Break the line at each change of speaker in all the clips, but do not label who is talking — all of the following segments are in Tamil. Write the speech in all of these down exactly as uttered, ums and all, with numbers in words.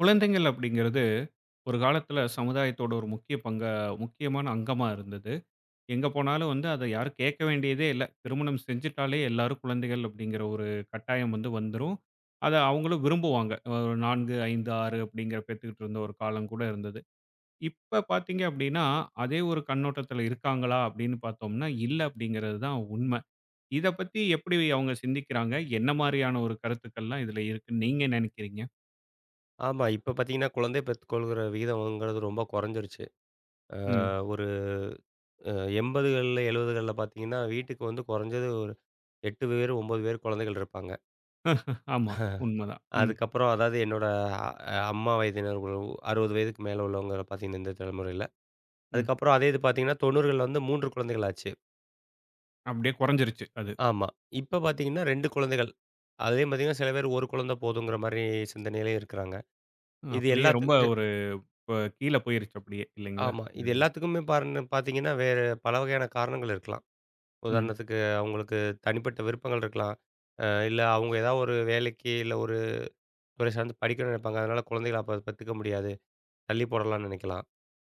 குழந்தைகள் அப்படிங்கிறது ஒரு காலத்துல சமுதாயத்தோட ஒரு முக்கிய பங்கா முக்கியமான அங்கமா இருந்தது. எங்க போனாலும் வந்து அத யாரும் கேட்க வேண்டியதே இல்ல. திருமணம் செஞ்சுட்டாலே எல்லாரும் குழந்தைகள் அப்படிங்கிற ஒரு கட்டாயம் வந்து வந்துரும். அத அவங்களும் விரும்புவாங்க. ஒரு நான்கு, ஐந்து, ஆறு அப்படிங்கிற பெத்துக்கிட்டு இருந்த ஒரு காலம் கூட இருந்தது. இப்ப பார்த்தீங்க அப்படின்னா, அதே ஒரு கண்ணோட்டத்துல இருக்காங்களா அப்படின்னு பார்த்தோம்னா, இல்ல அப்படிங்கிறது தான் உண்ம. இத பத்தி எப்படி அவங்க சிந்திக்கிறாங்க? என்ன மாரியான ஒரு கருத்துக்கள்லாம் இதுல இருக்குன்னு நீங்க நினைக்கிறீங்க?
ஆமா. இப்ப பார்த்தீங்கன்னா, குழந்தை பெத்துக்கொள்கிற விகிதம்ங்கிறது ரொம்ப குறைஞ்சிருச்சு. அ
ம்.
ஒரு அ எண்பதுகள்ல, எழுபதுகள்ல பார்த்தீங்கன்னா, வீட்டுக்கு வந்து குறைஞ்சது ஒரு எட்டு பேர், ஒன்பது பேர் குழந்தைகள் இருப்பாங்க.
ஆமா. உண்மதான். ம்.
அதுக்கப்புறம் அதாவது என்னோட அ அ- அம்மா வயதினர் ஒரு அறுபது வயதுக்கு மேல உள்ளவங்க பார்த்தீங்கன்னா, இந்த தலைமுறையில.
ம்.
அதுக்கப்புறம் அதே இது பார்த்தீங்கன்னா, தொண்ணூறுகள்ல வந்து மூன்று குழந்தைகள் ஆச்சு.
அப்படியே குறைஞ்சிருச்சு அது.
ஆமா. இப்ப பார்த்தீங்கன்னா, ரெண்டு குழந்தைகள். அதுலயும் பார்த்தீங்கன்னா, சில பேர் ஒரு குழந்தை போதுங்கிற மாரி சிந்தனையிலயும் இருக்கிறாங்க. இது
அப்படியே ரொம்ப
எல்லாத்துக்கு
ஒரு இப்ப கீழ போயிருச்சு அப்படியே இல்லைங்களா?
ஆமா,
இந்த
இது
இதுல.
எல்லாத்துக்குமே பாருங்க பார்த்தீங்கன்னா, வேற பல வகையான காரணங்கள் இருக்கலாம்.
ம்,
உதாரணத்துக்கு அவங்களுக்கு தனிப்பட்ட விருப்பங்கள் இருக்கலாம். அ இல்ல அவங்க ஏதாவது ஒரு வேலைக்கு, இல்ல ஒரு துறை சார்ந்து படிக்கணும்னு நினைப்பாங்க. அதனால குழந்தைகள அப்ப பெத்துக்க முடியாது. தள்ளி போடலாம்னு நினைக்கலாம்.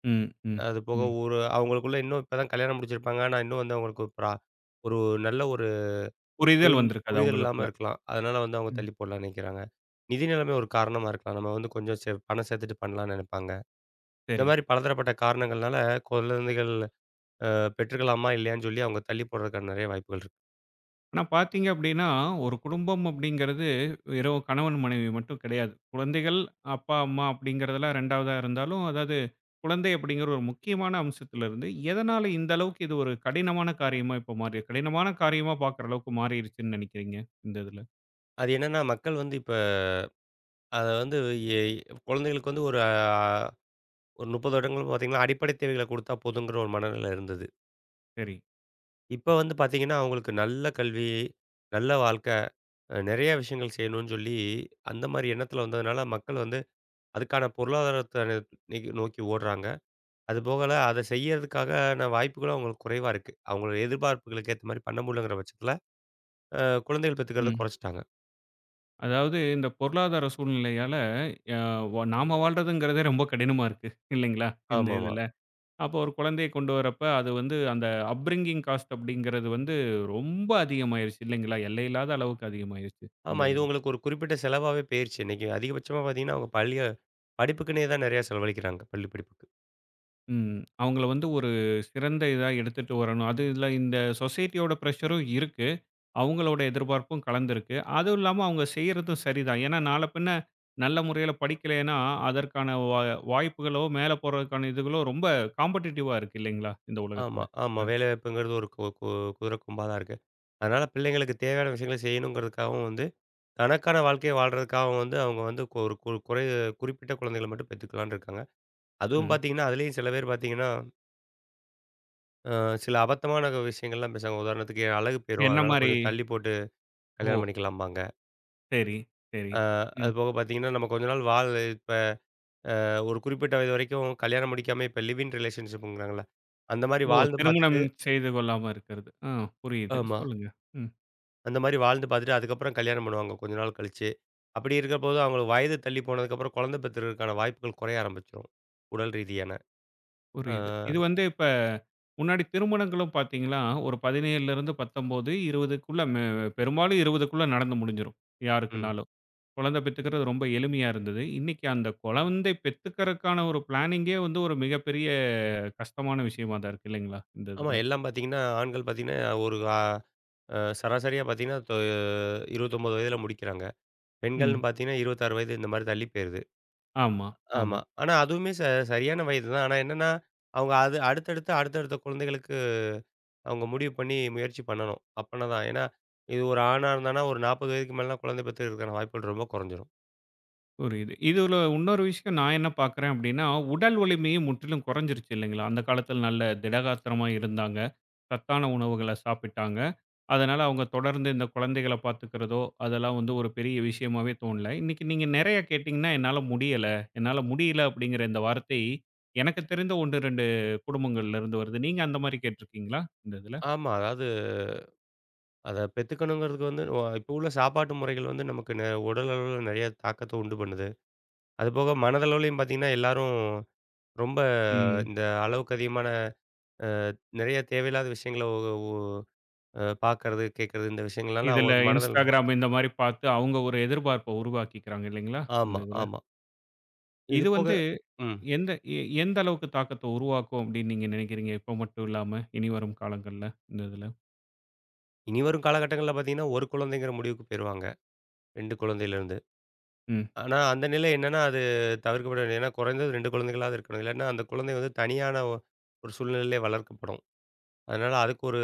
ம், ம்,
அது போக
ம்.
ஒரு அவங்களுக்குள்ள இன்னும் இப்ப தான் கல்யாணம் முடிச்சிருப்பாங்க. ஆனா இன்னும் வந்து அவங்களுக்கு ப்ரா ஒரு நல்ல ஒரு
புரிதல்
புரிதல்
வந்திருக்காது
புரிதல் இல்லாம
அவங்களுக்குள்ள.
இருக்கலாம். அதனால வந்து அவங்க
ம்.
தள்ளி போடலாம்னு நினைக்கிறாங்க. நிதி நிலைமை ஒரு காரணமா இருக்கலாம். நம்ம வந்து கொஞ்சம் சே பணம் சேர்த்துட்டு பண்ணலாம்னு நினைப்பாங்க. இந்த
சரி.
மாரி பலதரப்பட்ட காரணங்கள்னால குழந்தைகள் அ பெற்றுக்கலாமா? இல்லையான்னு சொல்லி அவங்க தள்ளி போடுறதுக்கான நெறைய வாய்ப்புகள் இருக்கு.
ஆனா பார்த்தீங்க அப்படின்னா, ஒரு குடும்பம் அப்படிங்கிறது வெறும் கணவன், மனைவி மட்டும் கிடையாது. குழந்தைகள், அப்பா, அம்மா அப்படிங்கிறதெல்லாம் 2வதா இருந்தாலும், அதாவது குழந்தை அப்படிங்கிற ஒரு முக்கியமான அம்சத்திலிருந்து, எதனால இந்த அளவுக்கு இது ஒரு கடினமான காரியமா இப்ப மாறி கடினமான காரியமா பார்க்குற அளவுக்கு மாறிருச்சுன்னு நினைக்கிறீங்க? இந்த இதுல.
அது என்னன்னா மக்கள் வந்து இப்ப அத வந்து எ குழந்தைகளுக்கு வந்து ஒரு அ ஒரு முப்பது வருடங்கள் பார்த்தீங்கன்னா, அடிப்படை தேவைகள குடுத்தா போதுங்கிற ஒரு மனநிலை இருந்தது.
சரி.
இப்ப வந்து பார்த்தீங்கன்னா, அவங்களுக்கு நல்ல கல்வி, நல்ல வாழ்க்கை, அ நெறைய விஷயங்கள் செய்யணும்னு சொல்லி, அந்த மாரி எண்ணத்தில வந்ததுனால மக்கள் வந்து அதுக்கான பொருளாதாரத்த இன்னைக்கு நோக்கி ஓடுறாங்க. அது போகல அத செய்யறதுக்கான வாய்ப்புகளும் அவங்களுக்கு குறைவா இருக்கு. அவங்களோட எதிர்பார்ப்புகளுக்கு ஏத்த மாரி பண்ண முடியலங்கிற பட்சத்தில, அ குழந்தைகள் பெத்துக்கிறத
ம்.
குறைச்சுட்டாங்க.
அதாவது இந்த பொருளாதார சூழ்நிலையால அ வ நாம வாழ்றதுங்கிறதே ரொம்ப கடினமா இருக்கு இல்லைங்களா? இந்த
ஆமாமா.
இதுல. அப்போ ஒரு குழந்தைய கொண்டு வரப்ப அது வந்து அந்த அப்ரிங்கிங் காஸ்ட் அப்படிங்கிறது வந்து ரொம்ப அதிகமாயிருச்சு இல்லைங்களா? எல்லையில்லாத அளவுக்கு அதிகமாயிருச்சு இந்த
ஆமா. இது
இதுல.
உங்களுக்கு ஒரு குறிப்பிட்ட செலவாவே போயிருச்சு. இன்னைக்கு அதிகபட்சமா பார்த்தீங்கன்னா, அவங்க பள்ளிய படிப்புக்குன்னே தான் நிறையா செலவழிக்கிறாங்க. பள்ளி படிப்புக்கு.
ம். அவங்கள வந்து ஒரு சிறந்த இதா எடுத்துட்டு வரணும். அது இதுல இந்த சொசைட்டியோட பிரஷரும் இருக்கு. அவங்களோட எதிர்பார்ப்பும் கலந்திருக்கு. அதுவும் இல்லாம அவங்க செய்றதும் சரிதான். ஏன்னா, நாள பின்ன நல்ல முறையில படிக்கலைன்னா, அதற்கான வா வாய்ப்புகளோ, மேல போறதுக்கான இதுகளோ ரொம்ப காம்படிட்டிவா இருக்கு இல்லைங்களா? இந்த உலகத்துல.
ஆமா, ஆமா.
ம்,
வேலைவாய்ப்புங்கிறது ஒரு கு கு குதிரை கொம்பா தான் இருக்கு. அதனால பிள்ளைங்களுக்கு தேவையான விஷயங்கள செய்யணுங்கிறதுக்காகவும் வந்து, தனக்கான வாழ்க்கைய வாழ்றதுக்காகவும் வந்து அவங்க வந்து கொ ஒரு கு குறை குறிப்பிட்ட குழந்தைகள மட்டும் பெத்துக்கலான்னு இருக்காங்க. அதுவும்
ம்.
பார்த்தீங்கன்னா, அதுலயும் சில பேர் பார்த்தீங்கன்னா, அ சில அபத்தமான க- விஷயங்கள்லாம் பேசுவாங்க. உதாரணத்துக்கு அழகு போயிரும்.
என்ன
அதனால
மாரி?
கொஞ்சம் தள்ளி போட்டு
ஓ!
கல்யாணம் பண்ணிக்கலாம்பாங்க.
சரி, சரி.
அ அது
ம்.
போக பார்த்தீங்கன்னா, நம்ம கொஞ்ச நாள் வாழ இப்ப ஒரு குறிப்பிட்ட வயது வரைக்கும் கல்யாணம் முடிக்காம இப்ப லிவ் இன் ரிலேஷன்ஷிப்ங்கிறாங்கல்ல. அந்த மாரி
ஓ!
வாழ்ந்து
திருமணம்
பார்த்துட்டு
செய்து கொள்ளாம இருக்கிறது. ஆ புரியுது.
ஆமா,
சொல்லுங்க. ம்.
அந்த மாரி வாழ்ந்து பார்த்துட்டு அதுக்கப்புறம் கல்யாணம் பண்ணுவாங்க கொஞ்ச நாள் கழிச்சு. அப்படி இருக்கப்போது அவங்களுக்கு வயது தள்ளி போனதுக்கப்புறம் குழந்தை பெற்றதற்கான வாய்ப்புகள் குறைய ஆரம்பிச்சுரும். உடல் ரீதியான.
புரியுது.
ஆ,
இது வந்து இப்ப முன்னாடி திருமணங்களும் பார்த்தீங்கன்னா, ஒரு 17லருந்து பத்தொன்பது, 20க்குள்ள மெ பெரும்பாலும் 20க்குள்ள நடந்து முடிஞ்சிரும்.
ம்.
யாருக்குன்னாலும். குழந்தை பெத்துக்கிறது ரொம்ப எளிமையா இருந்தது. இன்னைக்கு அந்த குழந்தை பெத்துக்கிறதுக்கான ஒரு பிளானிங்கே வந்து ஒரு மிகப்பெரிய கஷ்டமான விஷயமா தான் இருக்கு இல்லைங்களா? இந்த
ஆமா
இதுல.
எல்லாம் பார்த்தீங்கன்னா, ஆண்கள் பார்த்தீங்கன்னா ஒரு ஆ அ சராசரியா பார்த்தீங்கன்னா, தொ இருபத்தி ஒன்பது வயதில முடிக்கிறாங்க.
ம்.
பெண்கள்னு பார்த்தீங்கன்னா இருபத்தி ஆறு வயது இந்த மாரி தள்ளி போயிருது.
ஆமா, ஆமா.
ஆமா. ஆனா அதுவுமே ச சரியான வயது தான். ஆனா என்னன்னா, அவங்க அது அடுத்தடுத்து அடுத்தடுத்த குழந்தைகளுக்கு அவங்க முடிவு பண்ணி முயற்சி பண்ணணும். அப்பன்னா தான். ஏன்னா, இது ஒரு ஆணா இருந்தான்னா, ஒரு நாற்பது வயதுக்கு மேலலாம் குழந்தை பெத்துக்கிறதுக்கான வாய்ப்புகள் ரொம்ப குறைஞ்சிரும்.
புரியுது. இதுல இன்னொரு விஷயம் நான் என்ன பார்க்குறேன் அப்டின்னா, உடல் வலிமையும் முற்றிலும் குறைஞ்சிருச்சு இல்லைங்களா? அந்த காலத்துல நல்ல திடகாத்திரமா இருந்தாங்க. சத்தான உணவுகள சாப்பிட்டாங்க. அதனால அவங்க தொடர்ந்து இந்த குழந்தைகள பார்த்துக்கிறதோ, அதெல்லாம் வந்து ஒரு பெரிய விஷயமாவே தோணல. இன்னைக்கு நீங்க நெறைய கேட்டீங்கன்னா, என்னால முடியல, என்னால முடியல அப்படிங்கிற இந்த வார்த்தை எனக்கு தெரிந்த ஒண்ணு, இரண்டு குடும்பங்கள்ல இருந்து வருது. நீங்க அந்த மாரி கேட்டுருக்கீங்களா? இந்த இதுல?
ஆமா. அதாவது அத பெத்துக்கணுங்கிறதுக்கு வந்து ஒ இப்ப உள்ள சாப்பாட்டு முறைகள் வந்து நமக்கு நெ உடல் அளவுல நெறைய தாக்கத்த உண்டு பண்ணுது. அதுபோக மனதளவுலயும் பார்த்தீங்கன்னா, எல்லாரும் ரொம்ப
ம்.
இந்த அளவுக்கு அதிகமான அ நெறைய தேவையில்லாத விஷயங்கள ஒ ஒ அ பார்க்கறது, கேட்கறது இந்த விஷயங்கள்னால
இதுல
அவங்களுக்கு மனதள
Instagram இந்த மாரி பார்த்து அவங்க ஒரு எதிர்பார்ப்ப உருவாக்கிக்கிறாங்க இல்லைங்களா? இந்த
ஆமா,
இதுல.
ஆமா. இது
இது
போக
வந்து
ம்.
எந்த எ எந்த அளவுக்கு தாக்கத்த உருவாக்கும் அப்படின்னு நீங்க நினைக்கிறீங்க? இப்ப மட்டும் இல்லாம, இனி வரும் காலங்கள்ல இந்த இதுல?
இனிவரும் காலகட்டங்கள்ல பார்த்தீங்கன்னா, ஒரு குழந்தைங்கிற முடிவுக்கு போயிருவாங்க. ரெண்டு குழந்தையிலிருந்து.
ம்.
ஆனா, அந்த நிலை என்னன்னா, அது தவிர்க்கப்பட வேண்டியது. ஏன்னா, குறைந்தது ரெண்டு குழந்தைகளாவது இருக்கணும். இல்லாட்டினா அந்த குழந்தை வந்து தனியான ஒ ஒரு சூழ்நிலையிலே வளர்க்கப்படும். அதனால அதுக்கு ஒரு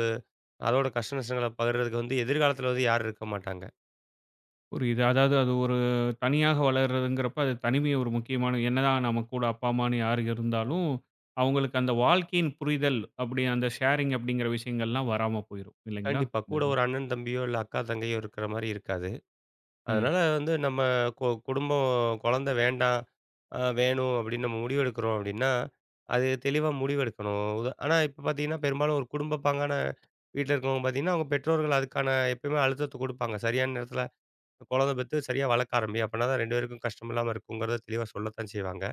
அதோட கஷ்ட நஷ்டங்கள பகிர்றதுக்கு வந்து எதிர்காலத்தில வந்து யாரும் இருக்க மாட்டாங்க.
புரியுது. அதாவது அது ஒரு தனியாக வளர்றதுங்கிறப்ப, அது தனிமை ஒரு முக்கியமான என்னதான் நம்ம கூட அப்பா, அம்மான்னு யாரு இருந்தாலும், அவங்களுக்கு அந்த வாழ்க்கையின் புரிதல் அப்படி அந்த ஷேரிங் அப்படிங்கிற விஷயங்கள்லாம் வராம போயிரும். இல்லைங்களா?
கண்டிப்பா.
இந்த
கூட
இது.
ஒரு அண்ணன் தம்பியோ, இல்ல அக்கா தங்கையோ இருக்கிற மாரி இருக்காது.
ம்.
அதனால வந்து நம்ம கு குடும்பம் குழந்தை வேண்டாம், அ வேணும் அப்படின்னு நம்ம முடிவெடுக்கிறோம் அப்படின்னா, அது தெளிவா முடிவெடுக்கணும். உத ஆனா இப்ப பார்த்தீங்கன்னா, பெரும்பாலும் ஒரு குடும்ப பாங்கான வீட்ல இருக்கவங்க பார்த்தீங்கன்னா, அவங்க பெற்றோர்கள் அதுக்கான எப்பயுமே அழுத்தத்த குடுப்பாங்க. சரியான நேரத்தில குழந்தை பெத்து சரியா வளர்க்க ஆரம்பி. அப்பனா தான் ரெண்டு பேருக்கும் கஷ்டம் இல்லாம இருக்குங்கிறத தெளிவா சொல்லத்தான் செய்வாங்க.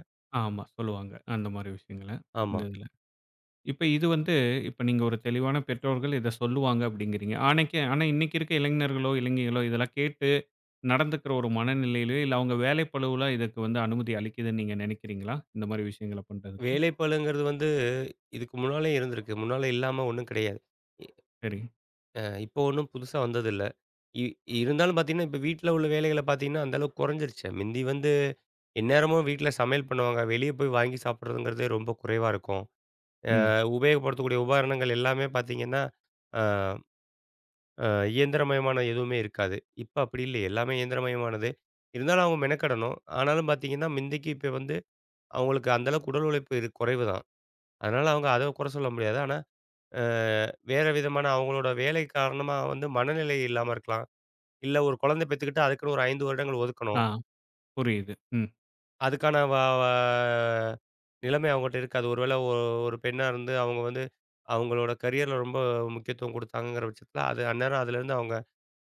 ஆமா. சொல்லுவாங்க. அந்த மாரி விஷயங்கள. இந்த
ஆமா.
இதுல. இப்ப இது வந்து இப்ப நீங்க ஒரு தெளிவான பெற்றோர்கள் இத சொல்லுவாங்க அப்படிங்கிறீங்க. ஆனைக்கு ஆனா இன்னைக்கு இருக்க இளைஞர்களோ, இளைஞிகளோ இதெல்லாம் கேட்டு நடந்துக்கிற ஒரு மனநிலையிலயோ, இல்ல அவங்க வேலைப்பளுவுல இதுக்கு வந்து அனுமதி அளிக்குதுன்னு நீங்க நினைக்கிறீங்களா? இந்த மாரி விஷயங்கள பண்றதுக்கு?
வேலைப்பளுங்கிறது வந்து இதுக்கு முன்னாலயும் இருந்திருக்கு. முன்னால இல்லாம ஒண்ணும் கிடையாது. இ
சரி.
அ இப்போ ஒண்ணும் புதுசா வந்ததில்ல. இ இருந்தாலும் பார்த்தீங்கன்னா, இப்ப வீட்ல உள்ள வேலைகள பார்த்தீங்கன்னா, அந்த அளவுக்கு குறைஞ்சிருச்சு. மிந்தி வந்து எந்நேரமும் வீட்ல சமையல் பண்ணுவாங்க. வெளிய போய் வாங்கி சாப்பிடுறதுங்கிறதே ரொம்ப குறைவா இருக்கும். அ
ம்.
உபயோகப்படுத்தக்கூடிய உபகரணங்கள் எல்லாமே பார்த்தீங்கன்னா, ஆ அ இயந்திரமயமான எதுவுமே இருக்காது. இப்ப அப்படி இல்லை. எல்லாமே இயந்திரமயமானது. இருந்தாலும் அவங்க மெனக்கெடணும். ஆனாலும் பார்த்தீங்கன்னா, மிந்திக்கு இப்ப வந்து அவங்களுக்கு அந்த அளவுக்கு உடல் உழைப்பு இரு குறைவு தான். அதனால அவங்க அத குறை சொல்ல முடியாது. ஆனா, அ வேற விதமான அவங்களோட வேலை காரணமா வந்து மனநிலை இல்லாம இருக்கலாம். இல்ல ஒரு குழந்தை பெத்துக்கிட்டு அதுக்குன்னு ஒரு ஐந்து வருடங்கள்
ஆ
ஒதுக்கணும்.
புரியுது. ம்.
அதுக்கான வ வ நிலைமை அவங்கட்ட இருக்காது. ஒருவேளை ஒ ஒரு பெண்ணா இருந்து அவங்க வந்து அவங்களோட கரியர்ல ரொம்ப முக்கியத்துவம் குடுத்தாங்கங்கிற பட்சத்தில, அது அந்நேரம் அதுலேருந்து அவங்க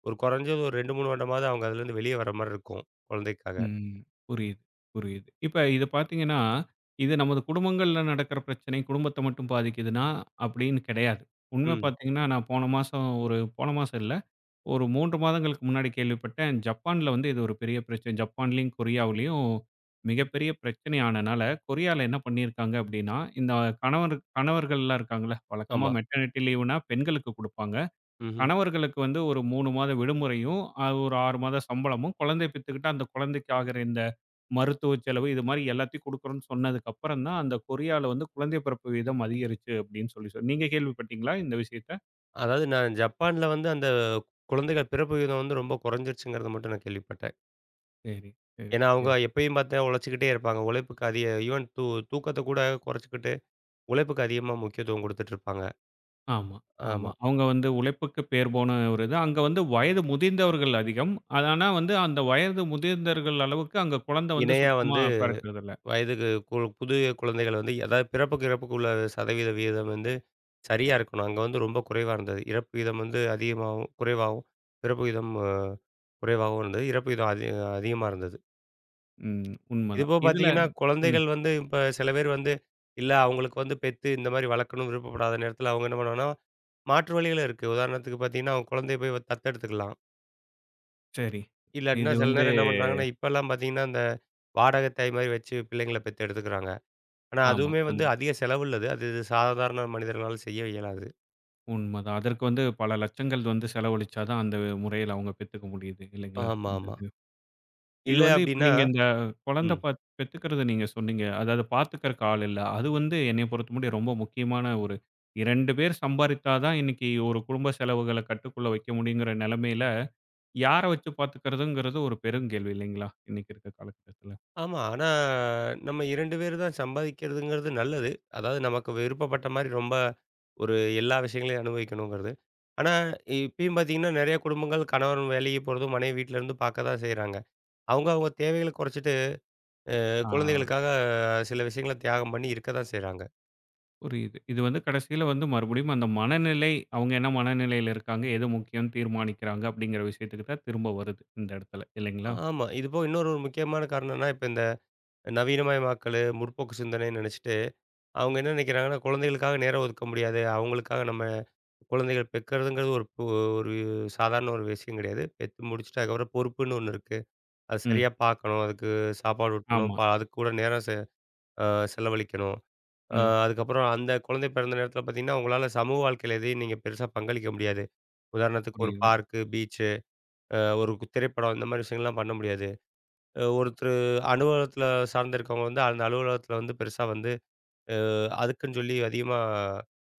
ஒரு குறைஞ்சது ஒரு ரெண்டு, மூணு வருடமாவது அவங்க அதுலேருந்து வெளியே வர மாரி இருக்கும், குழந்தைக்காக.
ம். புரியுது, புரியுது. இப்ப இது பார்த்தீங்கன்னா, இது நமது குடும்பங்கள்ல நடக்கிற பிரச்சனை, குடும்பத்த மட்டும் பாதிக்குதுன்னா அப்படின்னு கிடையாது. உண்மை
ம்.
பார்த்தீங்கன்னா, நான் போன மாசம் ஒரு போன மாசம் இல்ல. ஒரு மூன்று மாதங்களுக்கு முன்னாடி கேள்விப்பட்டேன். ஜப்பான்ல வந்து இது ஒரு பெரிய பிரச்சனை. ஜப்பான்லயும், கொரியாவுலயும் மிகப்பெரிய பிரச்சனை ஆனனால, கொரியால என்ன பண்ணியிருக்காங்க அப்படின்னா, இந்த கணவர் கணவர்கள்லாம் இருக்காங்கல்ல, வழக்கமா
ஆமா.
மெட்டர்னிட்டி லீவுனா பெண்களுக்கு குடுப்பாங்க.
ம்ஹ்ம்.
கணவர்களுக்கு வந்து ஒரு மூணு மாத விடுமுறையும், அ ஒரு ஆறு மாத சம்பளமும், குழந்தை பெத்துக்கிட்டா அந்த குழந்தைக்கு ஆகுற இந்த மருத்துவ செலவு, இது மாரி எல்லாத்தையும் குடுக்குறோம்னு சொன்னதுக்கு அப்புறம் தான், அந்த கொரியால வந்து குழந்தை பிறப்பு வீதம் அதிகரிச்சு அப்படின்னு சொல்லி சொல் நீங்க கேள்விப்பட்டீங்களா இந்த விஷயத்த?
அதாவது நான் ஜப்பான்ல வந்து அந்த குழந்தைகள் பிறப்பு விகிதம் வந்து ரொம்ப குறைஞ்சிருச்சுங்கிறத மட்டும் நான் கேள்விப்பட்டேன்.
சரி, சரி.
ஏன்னா, அவங்க எப்பயும் பார்த்தா உழைச்சுக்கிட்டே இருப்பாங்க. உழைப்புக்கு அதிக ஈவன் தூ தூக்கத்த கூட குறைச்சுக்கிட்டு, உழைப்புக்கு அதிகமா முக்கியத்துவம் குடுத்துட்டு இருப்பாங்க.
ஆமா, ஆமா.
ஆமா.
அவங்க வந்து உழைப்புக்கு பேர் போன ஒரு இது. அங்க வந்து வயது முதிர்ந்தவர்கள் அதிகம். அது ஆனா வந்து அந்த வயது முதிர்ந்தவர்கள் அளவுக்கு அங்க குழந்தை வந்து
இணையா
சுத்தமா
வந்து
பிறக்கறதில்ல.
வயதுக்கு கு புது குழந்தைகள் வந்து அதாவது பிறப்புக்கு, இறப்புக்கு உள்ள சதவீத விகிதம் வந்து சரியா இருக்கணும். அங்க வந்து ரொம்ப குறைவா இருந்தது. இறப்பு விகிதம் வந்து அதிகமாகவும், குறைவாகவும், பிறப்பு விகிதம் குறைவாகவும் இருந்தது. இறப்பு விகிதம் அதி அதிகமா இருந்தது.
ம். உண்மதான்.
இதுபோக
இதுல
பார்த்தீங்கன்னா,
ம்.
குழந்தைகள் வந்து இப்ப சில பேர் வந்து, இல்ல அவங்களுக்கு வந்து பெத்து இந்த மாரி வளர்க்கணும்னு விருப்பப்படாத நேரத்தில அவங்க என்ன பண்ணுவாங்கன்னா, மாற்று வழிகள் இருக்கு. உதாரணத்துக்கு பார்த்தீங்கன்னா, அவங்க குழந்தைய போய் தத்தெடுத்துக்கலாம்.
சரி.
இல்லாட்டினா
இது
சில
வந்து
நேரம் என்ன பண்றாங்கன்னா, இப்பலாம் பார்த்தீங்கன்னா, இந்த வாடகை தாய் மாரி வச்சு பிள்ளைங்கள பெத்து எடுத்துக்கிறாங்க. ஆனா
ஆமா.
அதுவுமே வந்து
அந்த
அதிக செலவுள்ளது. அது சாதாரண மனிதர்களால செய்ய இயலாது.
உண்மதான். அதற்கு வந்து பல லட்சங்கள் வந்து செலவழிச்சா தான் அந்த முறையில அவங்க பெத்துக்க முடியுது இல்லைங்களா? இந்த
ஆமாமா.
இது. இது
இல்ல
வந்து இப்ப
அப்டின்னா
நீங்க இந்த குழந்தை
ம்.
பாத் பெத்துக்கிறத நீங்க சொன்னீங்க. அதாவது பார்த்துக்கிறக்கு ஆள் இல்ல. அது வந்து என்னைய பொறுத்த முடியும் ரொம்ப முக்கியமான ஒரு இரண்டு பேர் சம்பாரித்தா தான் இன்னைக்கு ஒரு குடும்ப செலவுகள கட்டுக்குள்ள வைக்க முடியுங்கிற நெலைமையில, யார வச்சு பார்த்துக்கிறதுங்கிறது ஒரு பெருங்கேள்வி இல்லைங்களா? இன்னைக்கு இருக்க காலகட்டத்தில.
ஆமா. ஆனா, நம்ம இரண்டு பேரு தான் சம்பாதிக்கிறதுங்கிறது நல்லது. அதாவது நமக்கு விருப்பப்பட்ட மாரி ரொம்ப ஒரு எல்லா விஷயங்களையும் அனுபவிக்கணுங்கிறது. ஆனா, இப்பயும் பார்த்தீங்கன்னா, நெறைய குடும்பங்கள் கணவன் வேலைக்கு போறதும், மனைவி வீட்ல இருந்து பார்க்க தான் செய்றாங்க. அவங்க அவங்க தேவைகள குறைச்சிட்டு
ஆ
குழந்தைகளுக்காக சில விஷயங்கள தியாகம் பண்ணி இருக்க தான் செய்றாங்க.
புரியுது. இது வந்து கடைசியில வந்து மறுபடியும் அந்த மனநிலை, அவங்க என்ன மனநிலையில இருக்காங்க, எது முக்கியம்னு தீர்மானிக்கிறாங்க அப்படிங்கிற விஷயத்துக்கு தான் திரும்ப வருது இந்த இடத்துல
ஆ-
இல்லைங்களா?
ஆமா. இதுபோக இன்னொரு ஒரு முக்கியமான காரணம் என்னன்னா, இப்ப இந்த நவீனமயமாக்கலு, முற்போக்கு சிந்தனைன்னு நெனைச்சிட்டு, அவங்க என்ன நெனைக்கிறாங்கன்னா, குழந்தைகளுக்காக நேரம் ஒதுக்க முடியாது. அவங்களுக்காக நம்ம குழந்தைகள் பெக்கறதுங்கிறது ஒரு பு ஒரு சாதாரண ஒரு விஷயம் கிடையாது. பெத்து முடிச்சுட்டு அதுக்கப்புறம் பொறுப்புன்னு ஒண்ணு இருக்கு. அது
ம்.
சரியா பார்க்கணும். அதுக்கு சாப்பாடு ஊட்டணும்.
ஆமா.
ப அதுக்கு கூட நேரம் செ அ செலவழிக்கணும். அ
ம்.
அதுக்கப்புறம் அந்த குழந்தை பிறந்த நேரத்தில பார்த்தீங்கன்னா, உங்களால சமூக வாழ்க்கையில எதையும் நீங்க பெருசா பங்களிக்க முடியாது. உதாரணத்துக்கு ஒரு
புரியுது.
பார்க்கு, பீச்சு, அ ஒரு கு- திரைப்படம் இந்த மாரி விஷயங்கள்லாம் பண்ண முடியாது. அ ஒருத்தரு அலுவலகத்தில சார்ந்து இருக்கவங்க வந்து அந்த அலுவலகத்தில வந்து பெருசா வந்து அ அதுக்குன்னு சொல்லி அதிகமா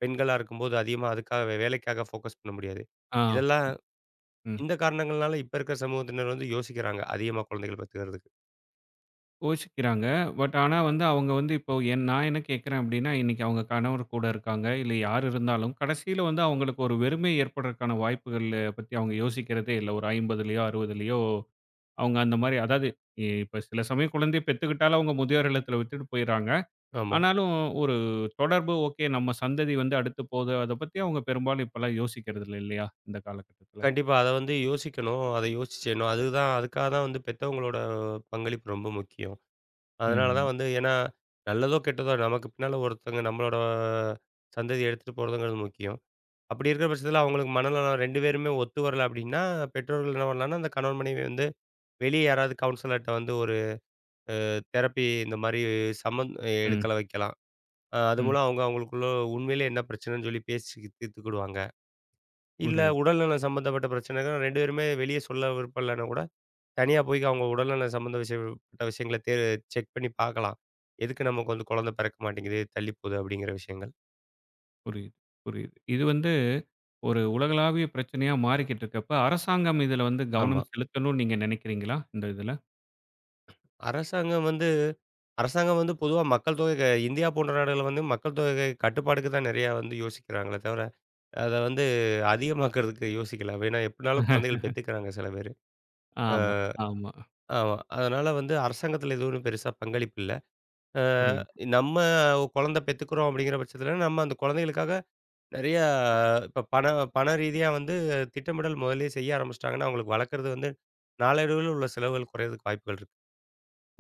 பெண்களா இருக்கும்போது அதிகமா அதுக்காக வே- வேலைக்காக ஃபோக்கஸ் பண்ண முடியாது.
ஆ.
இதெல்லாம்
ம்.
இந்த காரணங்கள்னால இப்ப இருக்கிற சமூகத்தினர் வந்து யோசிக்கிறாங்க. அதிகமா குழந்தைகள பெத்துக்கிறதுக்கு.
கோவிச்சுக்கிறாங்க. பட் ஆனா வந்து அவங்க வந்து இப்போ என் நான் என்ன கேட்கிறேன் அப்படின்னா, இன்னைக்கு அவங்க கணவர் கூட இருக்காங்க. இல்ல யார் இருந்தாலும் கடைசியில வந்து அவங்களுக்கு ஒரு வெறுமை ஏற்படுறதுக்கான வாய்ப்புகள பத்தி அவங்க யோசிக்கிறதே இல்ல. ஒரு 50லயோ, 60லயோ அவங்க அந்த மாரி அதாவது இப்ப சில சமயம் குழந்தைய பெத்துக்கிட்டாலும் அவங்க முதியோர் இல்லத்துல விட்டுட்டு போயிறாங்க.
ஆமா.
ஆனாலும் ஒரு தொடர்பு ஓகே நம்ம சந்ததி வந்து அடுத்து போது அத பத்தி அவங்க பெரும்பாலும் இப்பலாம் யோசிக்கிறது இல்ல இல்லையா? இந்த காலகட்டத்துல.
கண்டிப்பா. அத வந்து யோசிக்கணும். அத யோசிச்சு செய்யணும். அதுதான் அதுக்காக தான் வந்து பெத்தவங்களோட பங்களிப்பு ரொம்ப முக்கியம். அதனால
ம்.
தான் வந்து ஏன்னா நல்லதோ, கெட்டதோ நமக்கு பின்னால ஒருத்தவங்க நம்மளோட சந்ததிய எடுத்துட்டு போறதுங்கிறது முக்கியம். அப்படி இருக்கிற பட்சத்தில அவங்களுக்கு மனநலம் ரெண்டு பேருமே ஒத்து வரல அப்படின்னா, பெற்றோர்கள் என்ன பண்ணலாம்னா, அந்த கணவன் மனைவி வந்து வெளிய யாராவது கவுன்சிலர்ட்ட வந்து ஒரு தெரப்பி இந்த மாரி சம்மந்
ம்,
எடுக்கல வைக்கலாம். அ அது
ம்.
மூலம் அவங்க அவங்களுக்குள்ள உண்மையிலே என்ன பிரச்சனைன்னு சொல்லி பேசி தீர்த்துக்கிடுவாங்க. இல்ல
புரியுது,
உடல்நலம் சம்மந்தப்பட்ட பிரச்சனைகள் ரெண்டு பேருமே வெளிய சொல்ல விருப்பம் இல்லன்னா கூட, தனியா போய் அவங்க உடல்நலம் சம்மந்த விஷயம் பட்ட விஷயங்கள தே செக் பண்ணி பார்க்கலாம். எதுக்கு நமக்கு வந்து குழந்தை பிறக்க மாட்டேங்குது, தள்ளி போகுது அப்படிங்கிற விஷயங்கள்.
புரியுது, புரியுது. இது வந்து ஒரு உலகளாவிய பிரச்சனையா மாறிக்கிட்டு இருக்கப்ப, அரசாங்கம் இதுல வந்து
ஆமா.
கவனம் செலுத்தணும்னு நீங்க நெனைக்கிறீங்களா? இந்த இதுல?
அரசாங்கம் வந்து அரசாங்கம் வந்து பொதுவா மக்கள் தொகை க இந்தியா போன்ற நாடுகள்ல வந்து மக்கள் தொகை கட்டுப்பாடுக்கு தான் நெறையா வந்து யோசிக்கிறாங்களே தவிர, அத வந்து அதிகமாக்குறதுக்கு யோசிக்கல. ஏன்னா எப்படினாலும் குழந்தைகள் பெத்துக்கிறாங்க சில பேரு.
ஆமா, ஆமா.
ஆமா. அதனால வந்து அரசாங்கத்தில எதுவும் ஒண்ணும் பெருசா பங்களிப்பு இல்ல. அ
புரியுது.
நம்ம குழந்தை பெத்துக்கிறோம் அப்படிங்கிற பட்சத்தில, நம்ம அந்த குழந்தைகளுக்காக நெறைய இப்ப பண பண ரீதியா வந்து திட்டமிடல் முதல்லயே செய்ய ஆரம்பிச்சுட்டாங்கன்னா, அவங்களுக்கு வளர்க்குறது வந்து நாளடைவில உள்ள செலவுகள் குறையறதுக்கு வாய்ப்புகள் இருக்கு.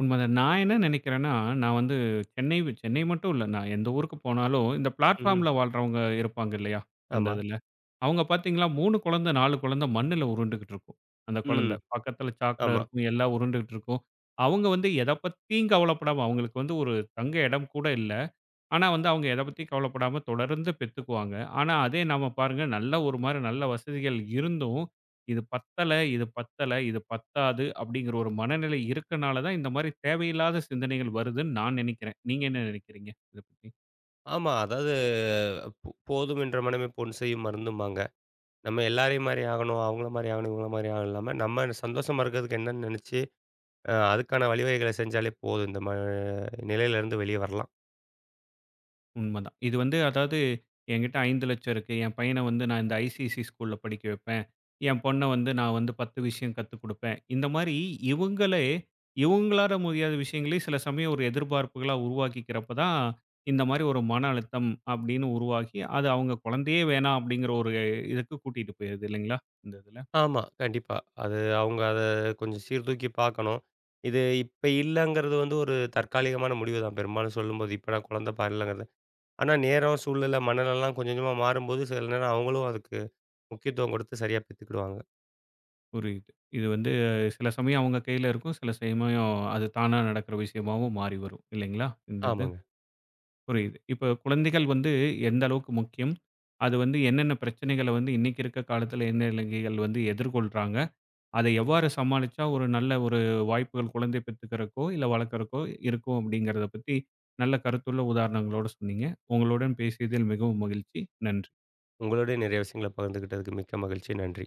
உண்மதான். நான் என்ன நெனைக்கிறேன்னா, நான் வந்து சென்னை சென்னை மட்டும் இல்ல. நான் எந்த ஊருக்கு போனாலும், இந்த
ம்ஹ்ம்.
பிளாட்ஃபார்ம்ல வாழ்றவங்க இருப்பாங்க இல்லையா? அந்த
ஆமா.
இதுல. அவங்க பாத்தீங்கன்னா, மூணு குழந்தை, நாலு குழந்தை மண்ணுல உருண்டுகிட்டு இருக்கும். அந்த குழந்தை.
ம்.
பக்கத்துல சாக்கடை
ஆமா.
இருக்கும். எல்லாம் உருண்டுகிட்டு இருக்கும். அவங்க வந்து எத பத்தியும் கவலைப்படாம அவங்களுக்கு வந்து ஒரு தங்க இடம் கூட இல்ல. ஆனா வந்து அவங்க எத பத்தியும் கவலைப்படாம தொடர்ந்து பெத்துக்குவாங்க. ஆனா அதே நாம பாருங்க நல்ல ஒரு மாரி நல்ல வசதிகள் இருந்தும், இது பத்தல, இது பத்தல, இது பத்தாது அப்படிங்கிற ஒரு மனநிலை இருக்கனால தான் இந்த மாரி தேவையில்லாத சிந்தனைகள் வருதுன்னு நான் நெனைக்கிறேன். நீங்க என்ன நெனைக்கிறீங்க? இத பத்தி?
ஆமா. அதாவது போ போதும் என்ற மனமே பொன் செய்யும் மருந்தும்பாங்க. நம்ம எல்லாரையும் மாரி ஆகணும், அவங்கள மாரி ஆகணும், இவங்கள மாரி ஆகணும் இல்லாம, நம்ம சந்தோஷமா இருக்கிறதுக்கு என்னன்னு நெனைச்சு, அ அதுக்கான வழிவகைகளை செஞ்சாலே போதும். இந்த ம நிலையிலேருந்து வெளிய வரலாம்.
உண்மதான். இது வந்து அதாவது என்கிட்ட ஐந்து லட்சம் இருக்கு. என் பையன வந்து நான் இந்த ஐசிஐசி ஸ்கூல்ல படிக்க வைப்பேன். என் பொண்ண வந்து நான் வந்து பத்து விஷயம் கத்துக் குடுப்பேன். இந்த மாரி இவங்களே இவங்களால முடியாத விஷயங்களையும் சில சமயம் ஒரு எதிர்பார்ப்புகளா உருவாக்கிக்கிறப்ப தான், இந்த மாரி ஒரு மன அழுத்தம் அப்படின்னு உருவாகி, அது அவங்க குழந்தையே வேணாம் அப்படிங்கிற ஒரு இதுக்கு கூட்டிட்டு போயிருது இல்லைங்களா? இந்த இதுல.
ஆமா. கண்டிப்பா. அது அவங்க அத கொஞ்சம் சீர்தூக்கி பார்க்கணும். இது இப்ப இல்லங்கிறது வந்து ஒரு தற்காலிகமான முடிவு தான். பெரும்பாலும் சொல்லும்போது, இப்ப நான் குழந்தை பாரலங்கிறது. ஆனா நேரம், சூழ்நிலை, மனநெலலாம் கொஞ்சம் கொஞ்சமா மாறும்போது, சில நேரம் அவங்களும் அதுக்கு முக்கியத்துவம் கொடுத்து சரியா பெத்துக்கிடுவாங்க.
புரியுது. இது வந்து சில சமயம் அவங்க கையில இருக்கும். சில சமயம் அது தானா நடக்கிற விஷயமாவும் மாறி வரும் இல்லைங்களா? இந்த இது.
ஆமாங்க.
புரியுது. இப்ப குழந்தைகள் வந்து எந்த அளவுக்கு முக்கியம்? அது வந்து என்னென்ன பிரச்சனைகள வந்து இன்னைக்கு இருக்க காலத்துல இளைஞர் இளைஞிகள் வந்து எதிர்கொள்றாங்க? அதை எவ்வாறு சமாளிச்சா ஒரு நல்ல ஒரு வாய்ப்புகள் குழந்தை பெத்துக்கறக்கோ, இல்ல வளர்க்கறக்கோ இருக்கும் அப்படிங்கிறத பத்தி நல்ல கருத்துள்ள உதாரணங்களோட சொன்னீங்க. உங்களுடன் பேசியதில் மிகவும் மகிழ்ச்சி. நன்றி.
உங்களோடயே நிறைய விஷயங்கள பகிர்ந்துக்கிட்டதுக்கு மிக்க மகிழ்ச்சி. நன்றி.